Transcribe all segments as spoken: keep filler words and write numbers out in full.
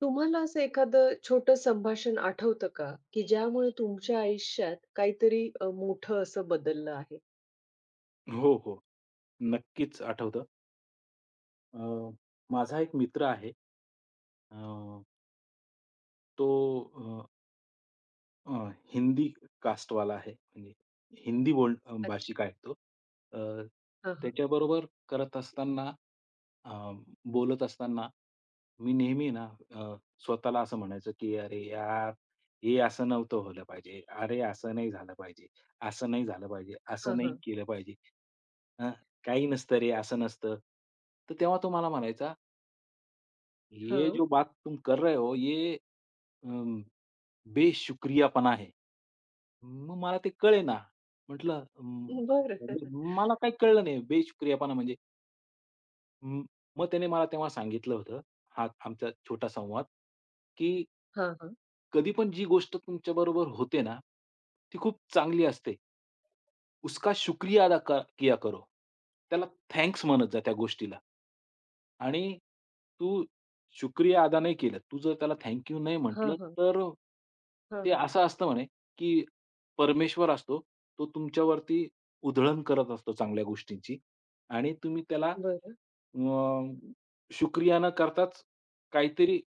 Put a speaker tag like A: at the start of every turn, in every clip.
A: तुम्हाला असं एखादं छोटं संभाषण आठवतं का, की ज्यामुळे तुमच्या आयुष्यात काहीतरी अ, मोठं असं बदललं आहे?
B: हो, हो. नक्कीच आठवतं. अ, माझा एक मित्र आहे. अ, तो अ, हिंदी कास्टवाला आहे. म्हणजे हिंदी बोल अ,
A: अच्छा.
B: भाषिक आहे तो. अ,
A: हां, हां.
B: त्याच्याबरोबर करत असताना अ, बोलत असताना मी नेहमी ना, अ, स्वतःला असं म्हणायचो, की "अरे यार, हे असं नव्हतं व्हायला पाहिजे. अरे असं नाही झालं पाहिजे. असं नाही झालं पाहिजे.
A: हां,
B: असं नाही
A: हां.
B: केलं पाहिजे. अ, काही नसतं रे, असं नसतं." तर तेव्हा तो मला म्हणायचा, "ये
A: हां.
B: जो बात तुम कर रहे हो ये बेशुक्रियापणा आहे." मग मला ते कळेना. म्हटलं म
A: बरं.
B: मला काही कळलं नाही बेशुक्रियापणा म्हणजे. म मग त्याने मला तेव्हा सांगितलं होतं, हा आमचा छोटा संवाद, की
A: हां, हां.
B: कधी पण जी गोष्ट तुमच्याबरोबर होते ना, ती खूप चांगली असते. उसका शुक्रिया अदा क किया करो. त्याला थँक्स म्हणत जा त्या गोष्टीला. आणि तू शुक्रिया अदा नाही केलं. तू जर त्याला थँक नाही
A: हां,
B: म्हटलं,
A: हां.
B: तर
A: हां,
B: ते
A: हां.
B: असं असतं म्हणे, की परमेश्वर असतो, तो तुमच्यावरती उधळण करत असतो चांगल्या गोष्टींची आणि तुम्ही त्याला
A: बरं.
B: अ, शुक्रिया न करताच काहीतरी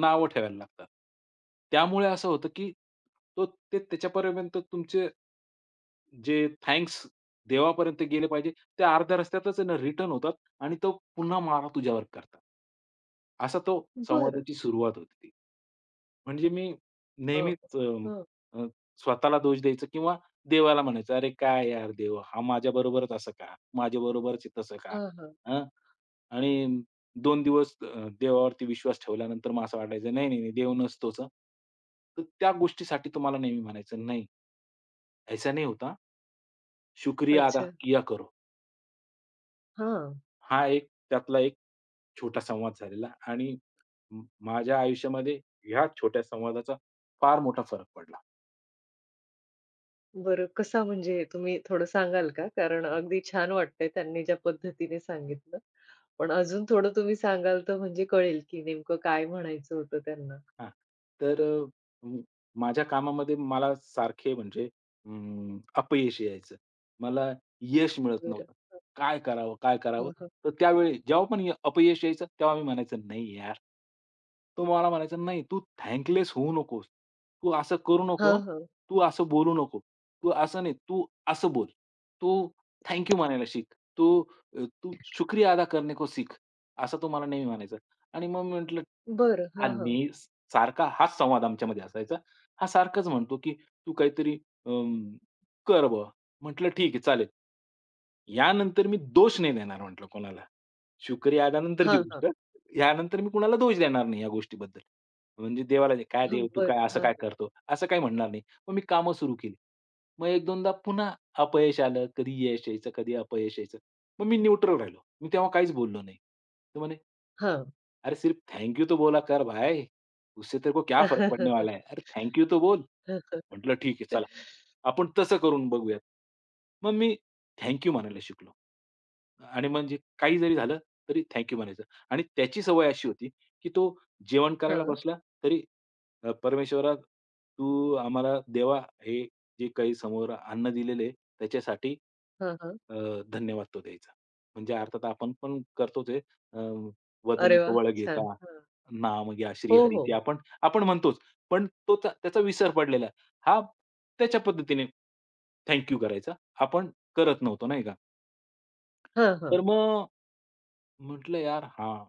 B: नावं ठेवायला लागतात. त्यामुळे असं होतं, की तो ते त्याच्यापर्यंत तुमचे जे थँक्स देवापर्यंत गेले पाहिजे, ते अर्ध्या रस्त्यातच आहे ना रिटर्न होतात आणि तो पुन्हा मारा तुझ्यावर करतात. असा तो
A: बरं.
B: संवादाची सुरुवात होती ती. म्हणजे मी
A: अ,
B: नेहमीच अ,
A: हं.
B: अ, स्वतःला दोष द्यायचं किंवा देवाला म्हणायचं, "अरे काय यार देव, हा माझ्याबरोबरच असं का? माझ्याबरोबरच आहे तसं का?"
A: हां, हां.
B: हां. आणि दोन दिवस अ, देवावरती विश्वास ठेवल्यानंतर मग असं वाटायचं, "नाही, नाही, नाही देव नसतोच हं." तर त्या गोष्टीसाठी तुम्हाला नेहमी म्हणायचं, "नाही, ऐसा नहीं होता, शुक्रिया अदा
A: अच्छा.
B: किया करो."
A: हां.
B: हा एक त्यातला एक छोटा संवाद झालेला आणि म माझ्या आयुष्यामध्ये ह्या छोट्या संवादाचा फार मोठा फरक पडला.
A: बरं, कसा म्हणजे तुम्ही थोडं सांगाल का? कारण अगदी छान वाटतंय त्यांनी ज्या पद्धतीने सांगितलं. पण अजून थोडं तुम्ही सांगाल तर म्हणजे कळेल, की नेमकं काय म्हणायचं होतं त्यांना.
B: हां. तर अ, म माझ्या कामामध्ये मला सारखे म्हणजे अं, अपयश यायचं. मला यश मिळत
A: बरं.
B: नव्हतं.
A: हां,
B: काय करावं, काय करावं?
A: हां, हां.
B: तर त्यावेळी जेव्हा पण य- अपयश यायचं, तेव्हा मी म्हणायचो, "नाही यार." तो मला म्हणायचा, "नाही, तू थँकलेस होऊ नकोस. तू असं करू नको हं.
A: हां,
B: तू असं बोलू नको. तू असं नाही, तू असं बोल. तू थँक म्हणायला शिक. तू, अ, तू शुक्रिया अदा करने को सीख." असं तो मला नेहमी म्हणायचा. आणि मग मी,
A: बरं. हां, हां.
B: आणि स सारखा हाच संवाद आमच्यामध्ये असायचा. हा सारखाच म्हणतो, की "तू काहीतरी अं, कर बुवा." म्हटलं, "ठीक आहे, चालेल." यानंतर मी दोष नाही देणार म्हटलं कोणाला. शुक्रियादानंतरची
A: हां, हां.
B: गोष्ट. यानंतर मी कुणाला दोष देणार नाही या गोष्टीबद्दल. म्हणजे देवाला जे, "काय
A: हं,
B: देव तू काय
A: बरं.
B: असं
A: हां,
B: काय
A: हां.
B: करतो?" असं काही म्हणणार नाही. मग मी कामं सुरू केली. मग एक-2दा पुन्हा अपयश आलं. कधी यश यायचं, कधी अपयश यायचं. मग मी न्यूट्रल राहिलो. मी तेव्हा काहीच बोललो नाही. तर म्हणे,
A: हां.
B: "अरे सिर्फ थैंक यू तो बोला कर भाई, उससे तेरे को क्या फ़र्क पड़ने वाला है? अरे थैंक यू तो बोल।" म्हटलं, "ठीक आहे, चला. आपण तसं करून बघूयात." मग मी थँक यू म्हणायला शिकलो. आणि म्हणजे काही जरी झालं, तरी थँक यू म्हणायचं. आणि त्याची सवय अशी होती, की तो जेवण करायला
A: हां,
B: बसला, तरी अ, "परमेश्वरा, तू आम्हाला देवा हे जे काही समोर अन्न दिलेले आहे, त्याच्यासाठी
A: हां, हां.
B: अ, धन्यवाद" तो द्यायचा. म्हणजे अर्थात आपण पण करतोच आहे. अ, "वदनी
A: अरे वाह!
B: कवळ
A: छान.
B: घेता,
A: हां.
B: नाम घ्या
A: हो,
B: श्रीहरीचे"
A: हो.
B: आपण आपण म्हणतोच. पण तो त्या त्याचा विसर पडलेला, हां, त्याच्या पद्धतीने थँक यू करायचा. आपण करत नव्हतो नाही का.
A: हां,
B: तर
A: हां.
B: मग म्हटलं यार हां,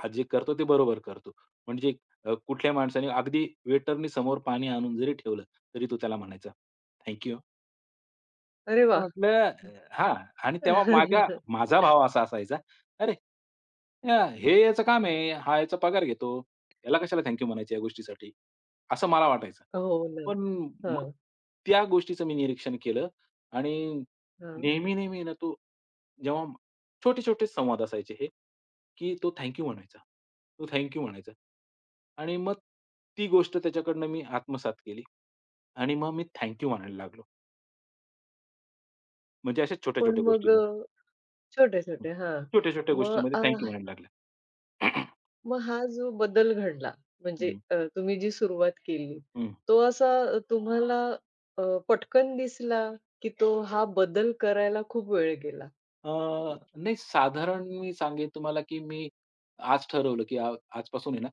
B: हा जे करतो ते बरोबर करतो. म्हणजे, अ, कुठल्याही माणसाने अगदी वेटरनी समोर पाणी आणून जरी ठेवलं, तरी तो त्याला म्हणायचा, "थँक."
A: अरे
B: मी
A: वाह!
B: म्हटलं, अ, हां, आणि तेव्हा माझ्या माझा भाव असा असायचा, "अरे, अ, हे याचं काम आहे, हा याचा पगार घेतो. याला कशाला थँक म्हणायचं या गोष्टीसाठी?" असं मला वाटायचं.
A: हो ना.
B: पण मग
A: हां,
B: त्या गोष्टीचं मी निरीक्षण केलं आणि
A: हां.
B: नेहमी-नेहमी ना तो जेव्हा छोटे-छोटे संवाद असायचे हे, की तो थँक म्हणायचा. तो थँक म्हणायचा. आणि मग ती गोष्ट त्याच्याकडनं मी आत्मसात केली आणि मग मी थँक यू म्हणायला लागलो. म्हणजे अशा
A: पण
B: छोट्या-छोट्या
A: मग
B: गोष्टीला.
A: अ, छोटे-छोटे हां.
B: छोट्या-छोट्या
A: मग
B: गोष्टींमध्ये थँक
A: अ,
B: म्हणायला लागल्या.
A: मग हा जो बदल घडला म्हणजे
B: हं,
A: अ, तुम्ही जी सुरुवात केली,
B: हं.
A: तो असा अ, तुम्हाला अ, पटकन दिसला, की तो हा बदल करायला खूप वेळ गेला?
B: अ, नाही, साधारण मी सांगेन तुम्हाला, की मी आज ठरवलं, की आ आजपासून आहे ना,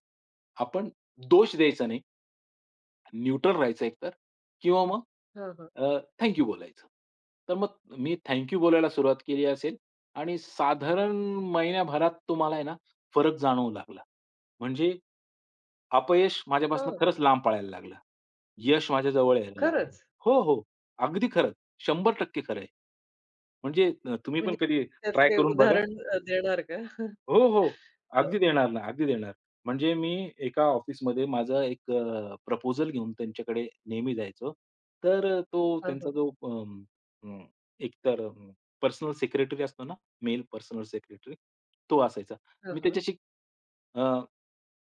B: आपण दोष द्यायचा नाही, न्यूट्रल राहायचं एकतर किंवा मग
A: हां, हां.
B: अ, थँक यू बोलायचं. तर मग मी थँक यू बोलायला सुरुवात केली असेल आणि साधारण महिन्याभरात तुम्हाला आहे ना, फरक जाणवू लागला. म्हणजे अपयश माझ्यापासून
A: हां.
B: खरंच लांब पळायला लागलं. यश माझ्या जवळ यायला लागलं.
A: खरंच?
B: हो, हो. अगदी खरं. शंभर टक्के खरं आहे. म्हणजे, अ, तुम्ही पण
A: म्हणजे
B: कधी
A: तुम्ही त्याचं
B: ट्राय
A: काही
B: करून बघा.
A: उदाहरण अ, देणार का?
B: हो, हो.
A: अ,
B: अगदी देणार ना, अगदी देणार. म्हणजे मी एका ऑफिसमध्ये माझा एक प्रपोजल घेऊन त्यांच्याकडे नेहमी जायचो. तर अ, तो
A: हां,
B: त्यांचा
A: हां.
B: जो अं, अं, एकतर, अ, पर्सनल सेक्रेटरी असतो ना, मेल पर्सनल सेक्रेटरी, तो असायचा.
A: हां,
B: मी
A: हां.
B: त्याच्याशी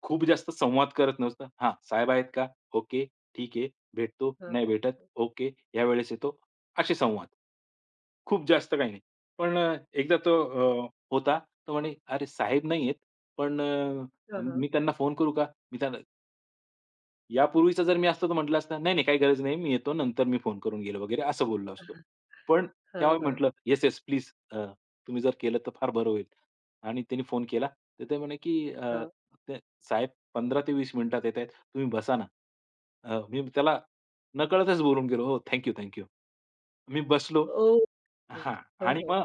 B: खूप जास्त संवाद करत नसतं. हां, साहेब आहेत का? ओके, ठीक आहे. भेटतो,
A: हां.
B: नाही भेटत, ओके, या वेळेस येतो, असे संवाद. खूप जास्त काही नाही. पण अ, एकदा तो अ, होता. तो म्हणे, "अरे साहेब नाही आहेत, पण अ,
A: हां, हां.
B: मी त्यांना फोन करू का? मी त्यांना." यापूर्वीचा जर मी असतो तर म्हटलं असतं, "नाही, नाही काही गरज नाही. मी येतो. नंतर मी फोन करून घेईल वगैरे" असं बोललो असतो. पण
A: हां,
B: त्यावेळी
A: हां.
B: म्हटलं, "येस, येस, प्लीज, अ, तुम्ही जर केलं तर फार बरं होईल." आणि त्यांनी फोन केला. तर ते म्हणे, की अ,
A: हां.
B: ते "साहेब पंधरा ते वीस मिनिटात येतायत. तुम्ही बसा ना." अ, मी त्याला नकळतच बोलून गेलो, "हो, थँक यू, मी बसलो."
A: ओह! हो.
B: हां.
A: हां,
B: आणि
A: हां.
B: मग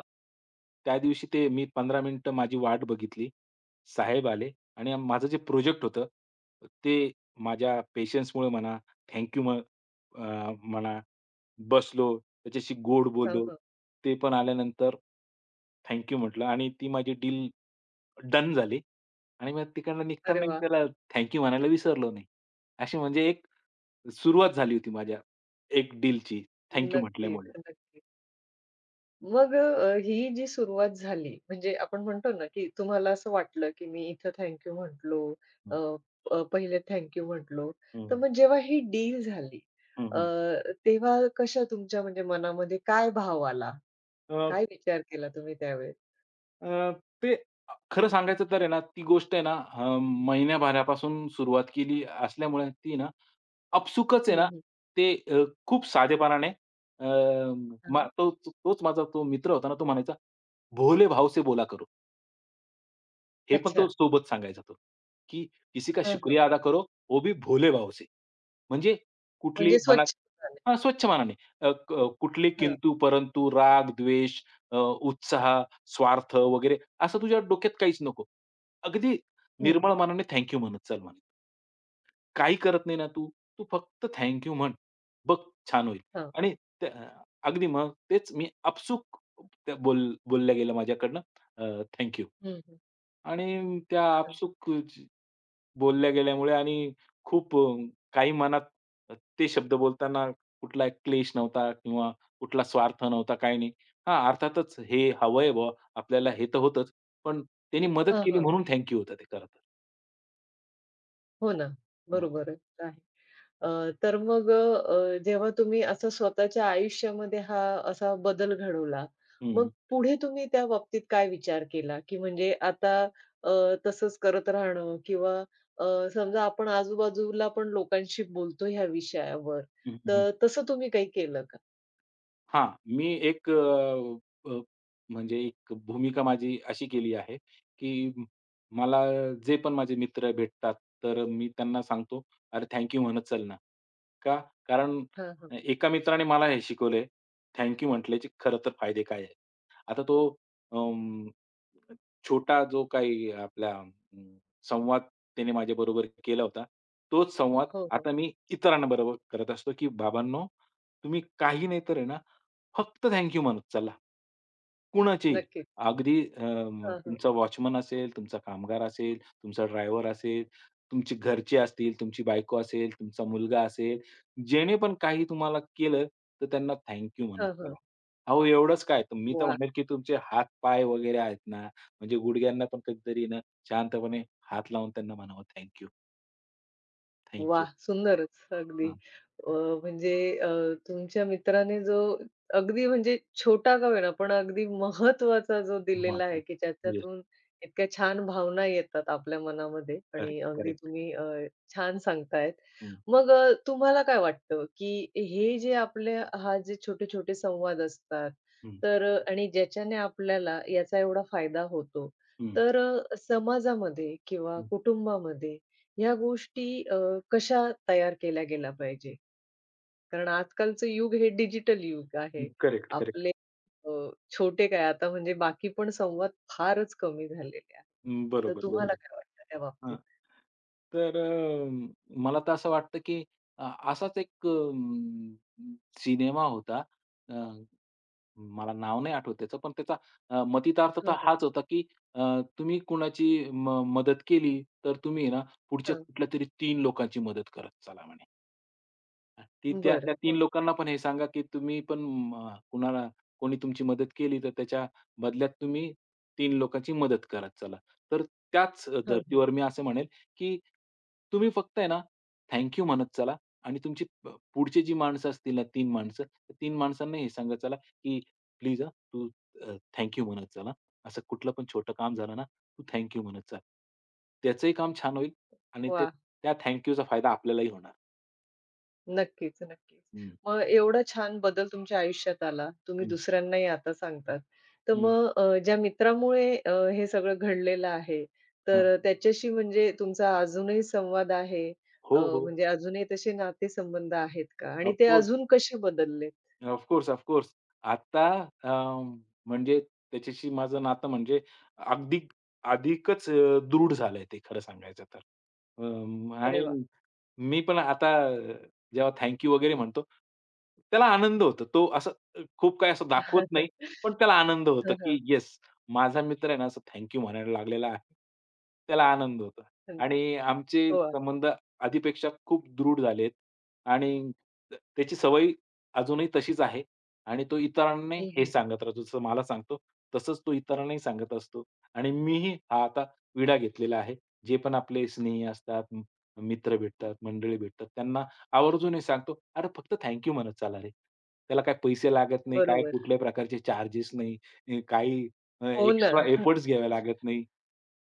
B: त्या दिवशी ते मी पंधरा मिनिटं माझी वाट बघितली. साहेब आले आणि माझं जे प्रोजेक्ट होतं, ते माझ्या पेशन्समुळे म्हणा, थँक यू म्ह अ, म्हणा, बसलो, त्याच्याशी गोड
A: हां,
B: बोललो.
A: हां.
B: ते पण आल्यानंतर थँक म्हटलं आणि ती माझी डील डन झाली आणि मग तिकडनं निघताना
A: अरे
B: मी
A: वाह!
B: त्याला थँक म्हणायला विसरलो नाही. अशी म्हणजे एक सुरुवात झाली होती माझ्या एक डीलची थँक
A: नक्कीच,
B: म्हटल्यामुळे.
A: नक्कीच. मग अ, ही जी सुरुवात झाली म्हणजे आपण म्हणतो ना, की तुम्हाला असं वाटलं, की मी इथं थँक म्हटलो.
B: हं,
A: अ, अ, पहिले थँक म्हटलो. तर
B: हं,
A: मग जेव्हा ही डील झाली,
B: हं,
A: अ,
B: हं.
A: तेव्हा कशा तुमच्या म्हणजे मनामध्ये काय भाव आला? काय विचार केला तुम्ही त्यावेळेस?
B: अ, ते अ, खरं सांगायचं तर आहे ना, ती गोष्ट आहे ना, अ, महिन्याभरापासून सुरुवात केली असल्यामुळे ती ना आपसुकच आहे
A: हं,
B: ना,
A: हं.
B: ते, अ, खूप साधेपणाने, अ, मा तोच तोच माझा तो मित्र होता ना, तो म्हणायचा, "भोले भाव से बोला करो." हे पण तो
A: अच्छा.
B: सोबत सांगायचा तो, की "किसी का
A: हां, हां.
B: शुक्रिया अदा करो, वो भी भोले भाव से." म्हणजे कुठली
A: म्हणजे
B: मना
A: स्वच्छ झाले.
B: हां, स्वच्छ मनाने. अ, क कुठली
A: हां.
B: किंतु, परंतु, राग, द्वेष, अ, उत्साह, स्वार्थ वगैरे असं तुझ्या डोक्यात काहीच नको. अगदी
A: हं, हं.
B: निर्मळ मनाने थँक यू म्हणत चल म्हणे. काही करत नाही ना तू, तू फक्त थँक यू म्हण. बघ छान होईल.
A: हां.
B: आणि त्या अगदी मग तेच मी आपसूक त्या बोल बोलल्या गेल्या माझ्याकडनं, अ,
A: हं, हं.
B: आणि त्या
A: हां.
B: आपसूक बोलल्या गेल्यामुळे आणि खूप, अ, काही मनात, अ, ते शब्द बोलताना कुठला क्लेश नव्हता किंवा कुठला स्वार्थ नव्हता, काही नाही. हा, अर्थातच हे हवंय बुवा आपल्याला हे तर होतंच, पण त्यांनी मदत
A: हां,
B: केली
A: हां.
B: म्हणून थँक यू होतं ते खरं तर.
A: हो ना.
B: हं.
A: बरोबरच आहे. अ, तर मग अ, जेव्हा तुम्ही असं स्वतःच्या आयुष्यामध्ये हा असा बदल घडवला, मग
B: हं,
A: पुढे तुम्ही त्या बाबतीत काय विचार केला? की म्हणजे आता अ, तसंच करत राहणं किंवा अ, समजा आपण आजूबाजूला पण लोकांशी बोलतो ह्या विषयावर,
B: हं, हं.
A: तर तसं तुम्ही काही केलं का?
B: हां, मी एक, अ, अ, म्हणजे एक भूमिका माझी अशी केली आहे, की म- मला जे पण माझे मित्र भेटतात, तर मी त्यांना सांगतो, "अरे थँक यू म्हणत चल ना." का? कारण
A: हां, हां.
B: एका मित्राने मला हे शिकवलंय, थँक यू म्हटल्याचे खरं तर फायदे काय आहेत. आता तो अं, छोटा जो काही आपला अं, संवाद त्याने माझ्याबरोबर केला होता, तोच संवाद
A: हो, हो.
B: आता मी इतरांबरोबर करत असतो, की "बाबांनो, तुम्ही काही नाही तर आहे ना, फक्त थँक म्हणत चला." कुणाचेही.
A: नक्कीच.
B: अगदी अं,
A: हां, हां.
B: तुमचा वॉचमन असेल, तुमचा कामगार असेल, तुमचा ड्रायव्हर असेल, तुमचे घरचे असतील, तुमची बायको असेल, तुमचा मुलगा असेल, जेणे पण काही तुम्हाला केलं, तर त्यांना थँक म्हणत
A: हां,
B: चला.
A: हां.
B: अहो, एवढंच काय, तर मी तर
A: वाह!
B: म्हणेल, की तुमचे हात-पाय वगैरे आहेत ना, म्हणजे गुडघ्यांना पण कधीतरी ना शांतपणे हात लावून त्यांना म्हणावं, "थँक यू, थँक यू."
A: वाह! सुंदरच अगदी.
B: हां,
A: अ, म्हणजे अ, तुमच्या मित्राने जो अगदी म्हणजे छोटा का होईना, पण अगदी महत्त्वाचा जो
B: हां.
A: दिलेला आहे, की
B: येस.
A: ज्याच्यातून इतक्या छान भावना येतात आपल्या मनामध्ये आणि
B: करेक्ट,
A: अगदी
B: करेक्ट.
A: तुम्ही अ, छान सांगतायत.
B: हं,
A: मग अ, तुम्हाला काय वाटतं, की हे जे आपले हा जे छोटे-छोटे संवाद असतात,
B: हं,
A: तर अ, आणि ज्याच्याने आपल्याला याचा एवढा फायदा होतो,
B: हं,
A: तर अ, समाजामध्ये किंवा
B: हं,
A: कुटुंबामध्ये ह्या गोष्टी अ, कशा तयार केल्या गेल्या पाहिजे? कारण आजकालचं युग हे डिजिटल युग
B: हं.
A: आहे.
B: Correct, correct.
A: आपले अ, छोटे काय आता म्हणजे बाकी पण संवाद फारच कमी झालेले आहेत.
B: हं,
A: तर हं,
B: बरोबर,
A: तुम्हाला
B: बरोबर.
A: काय वाटतं त्या
B: हां.
A: बाबतीत?
B: तर, अ, मला तर असं वाटतं, की, अ, असाच एक, अ, सिनेमा होता. मला नाव नाही आठवत त्याचं, पण त्याचा, अ, मतितार्थ
A: हं,
B: तर
A: हं.
B: हाच होता, की अ, तुम्ही कुणाची म मदत केली, तर तुम्ही आहे ना, पुढच्या
A: हां.
B: कुठल्यातरी तीन लोकांची मदत करत चला म्हणे. ती त्या त्या
A: बरं.
B: तीन
A: हां,
B: लोकांना पण हे सांगा, की तुम्ही पण म कुणाला कोणी तुमची मदत केली, तर त्याच्या बदल्यात तुम्ही तीन लोकांची मदत करत चला. तर त्याच
A: हां, हां.
B: धर्तीवर मी असं म्हणेल, की तुम्ही फक्त आहे ना, थँक म्हणत चला आणि तुमची प पुढची जी माणसं असतील ना तीन माणसं, तर तीन माणसांना हे सांगत चला, की "प्लीज तू, अ, म्हणत चला. असं कुठलं पण छोटं काम झालं ना, तू थँक म्हणत चल." त्याचंही काम छान होईल आणि ते
A: वाह!
B: त्या थँक फायदा आपल्यालाही होणार.
A: नक्कीच, नक्कीच.
B: हं,
A: मग एवढा छान बदल तुमच्या आयुष्यात आला. तुम्ही
B: हं,
A: दुसऱ्यांनाही आता सांगतात. तर
B: हं.
A: मग अ, ज्या मित्रामुळे अ, हे सगळं घडलेलं आहे,
B: हां.
A: तर त्याच्याशी म्हणजे तुमचा अजूनही संवाद आहे?
B: हो,
A: अ,
B: हो.
A: म्हणजे अजूनही तसे नातेसंबंध आहेत का? आणि
B: ऑफ
A: ते अजून कसे बदलले?
B: ऑफ कोर्स, आता, अ, म्हणजे त्याच्याशी माझं नातं म्हणजे अगदी अधिकच, अ, दृढ झालंय ते खरं सांगायचं तर. अं,
A: अरे
B: आणि
A: वाह!
B: मी पण आता, अ, जेव्हा थँक वगैरे म्हणतो, त्याला आनंद होतो. तो असं, अ, खूप काही असं दाखवत नाही, पण
A: हं,
B: त्याला आनंद होतो,
A: हं.
B: की येस, माझा मित्र आहे ना असं थँक यू म्हणायला लागलेला आहे. त्याला आनंद होतो.
A: हं,
B: आणि आमचे
A: हो.
B: संबंध आधीपेक्षा खूप दृढ झालेत आणि त्याची सवय अजूनही तशीच आहे आणि तो इतरांना
A: हं,
B: हे
A: हं.
B: सांगत राहतो. जसं मला सांगतो, तसंच तो इतरांनाही सांगत असतो आणि मीही हा आता विडा घेतलेला आहे. जे पण आपले स्नेही असतात, म मित्र भेटतात, मंडळी भेटतात, त्यांना आवर्जून हे सांगतो, "अरे फक्त थँक म्हणत चाला रे." त्याला काही पैसे लागत नाही, काय
A: बरोबर.
B: कुठल्याही प्रकारचे चार्जेस नाही, अ, काही
A: हो ना.
B: एक्स्ट्रा एफर्ट्स घ्यावे लागत नाही.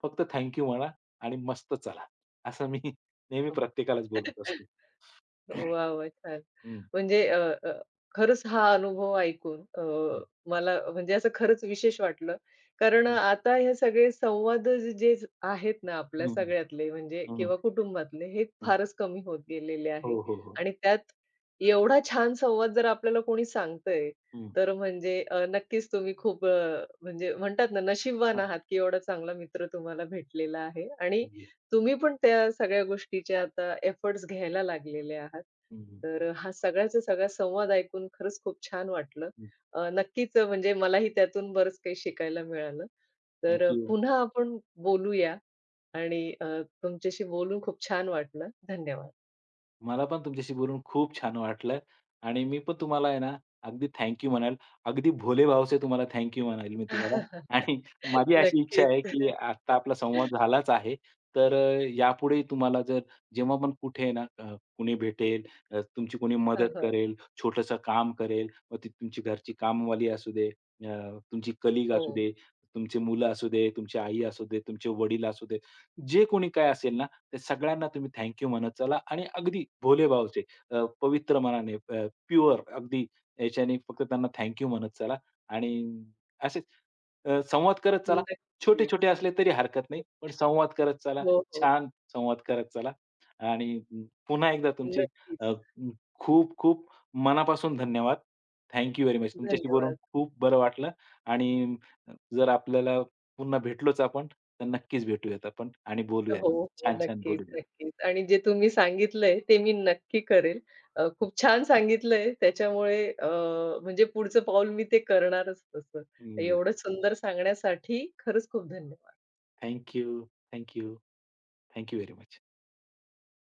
B: फक्त थँक म्हणा आणि मस्त चला. असं मी नेहमी प्रत्येकालाच बोलत असतो.
A: वाह, वाह! छान.
B: हं,
A: म्हणजे अ, अ, खरंच हा अनुभव ऐकून अ,
B: हं,
A: मला म्हणजे असं खरंच विशेष वाटलं. कारण आता हे सगळे संवाद जे जे आहेत ना आपल्या
B: हं, हं,
A: सगळ्यातले म्हणजे
B: हं.
A: किंवा कुटुंबातले हे फारच कमी होत गेलेले आहे.
B: हो, हो, हो.
A: आणि त्यात एवढा छान संवाद जर आपल्याला कोणी सांगतंय,
B: हं.
A: तर म्हणजे अ, नक्कीच तुम्ही खूप अ, म्हणजे म्हणतात ना नशीबवान
B: हां.
A: आहात, की एवढा चांगला मित्र तुम्हाला भेटलेला आहे. आणि
B: हं,
A: तुम्ही पण त्या सगळ्या गोष्टीच्या आता एफर्ट्स घ्यायला लागलेले आहात.
B: हं.
A: तर हा सगळ्याचा सगळा संवाद ऐकून खरंच खूप छान वाटलं.
B: हं.
A: अ, नक्कीच म्हणजे मलाही त्यातून बरंच काही शिकायला मिळालं.
B: थँक
A: तर
B: यू.
A: पुन्हा आपण बोलूया आणि अ, तुमच्याशी बोलून खूप छान वाटलं. धन्यवाद.
B: मला पण तुमच्याशी बोलून खूप छान वाटलं आणि मी पण तुम्हाला आहे ना, अगदी थँक म्हणाल. अगदी भोले भाव तुम्हाला थँक म्हणाल मी तुम्हाला आणि माझी अशी इच्छा
A: नक्कीच.
B: आहे, की आता आपला संवाद झालाच आहे. तर, अ, यापुढेही तुम्हाला जर जेव्हा पण कुठे आहे ना, अ, कुणी भेटेल, अ, तुमची कोणी
A: हां,
B: मदत
A: हां.
B: करेल, छोटंसं काम करेल, मग ती तुमची घरची कामवाली असू दे, अ, तुमची कलीग असू
A: हो.
B: दे, तुमची मुलं असू दे, तुमची आई असू दे, तुमचे वडील असू दे, जे कोणी काय असेल ना, ते सगळ्यांना तुम्ही थँक यू म्हणत चला आणि अगदी भोलेभावचे, अ, पवित्र मनाने, अ, प्युअर अगदी याच्याने फक्त त्यांना थँक म्हणत चला आणि असेच, अ, संवाद करत चला. छोटे-छोटे
A: नक्कीच.
B: असले तरी हरकत नाही, पण संवाद करत चला.
A: हो, हो.
B: छान संवाद करत चला. आणि अं, पुन्हा एकदा तुमचे, अ,
A: नक्कीच.
B: म, खूप खूप मनापासून धन्यवाद. Thank you very much. तुमच्याशी बोलून
A: धन्यवाद.
B: खूप बरं वाटलं आणि, अ, जर आपल्याला पुन्हा भेटलोच आपण, तर नक्कीच भेटूयात आपण आणि बोलूयात.
A: हो, हो.
B: छान-छान
A: नक्कीच,
B: बोलूयात.
A: नक्कीच. आणि जे तुम्ही सांगितलंय ते मी नक्की करेल. अ, खूप छान सांगितलंय त्याच्यामुळे अ, म्हणजे पुढचं पाऊल मी ते करणारच तसं.
B: येस.
A: एवढं सुंदर सांगण्यासाठी खरंच खूप धन्यवाद.
B: Thank you, thank you, thank you very much.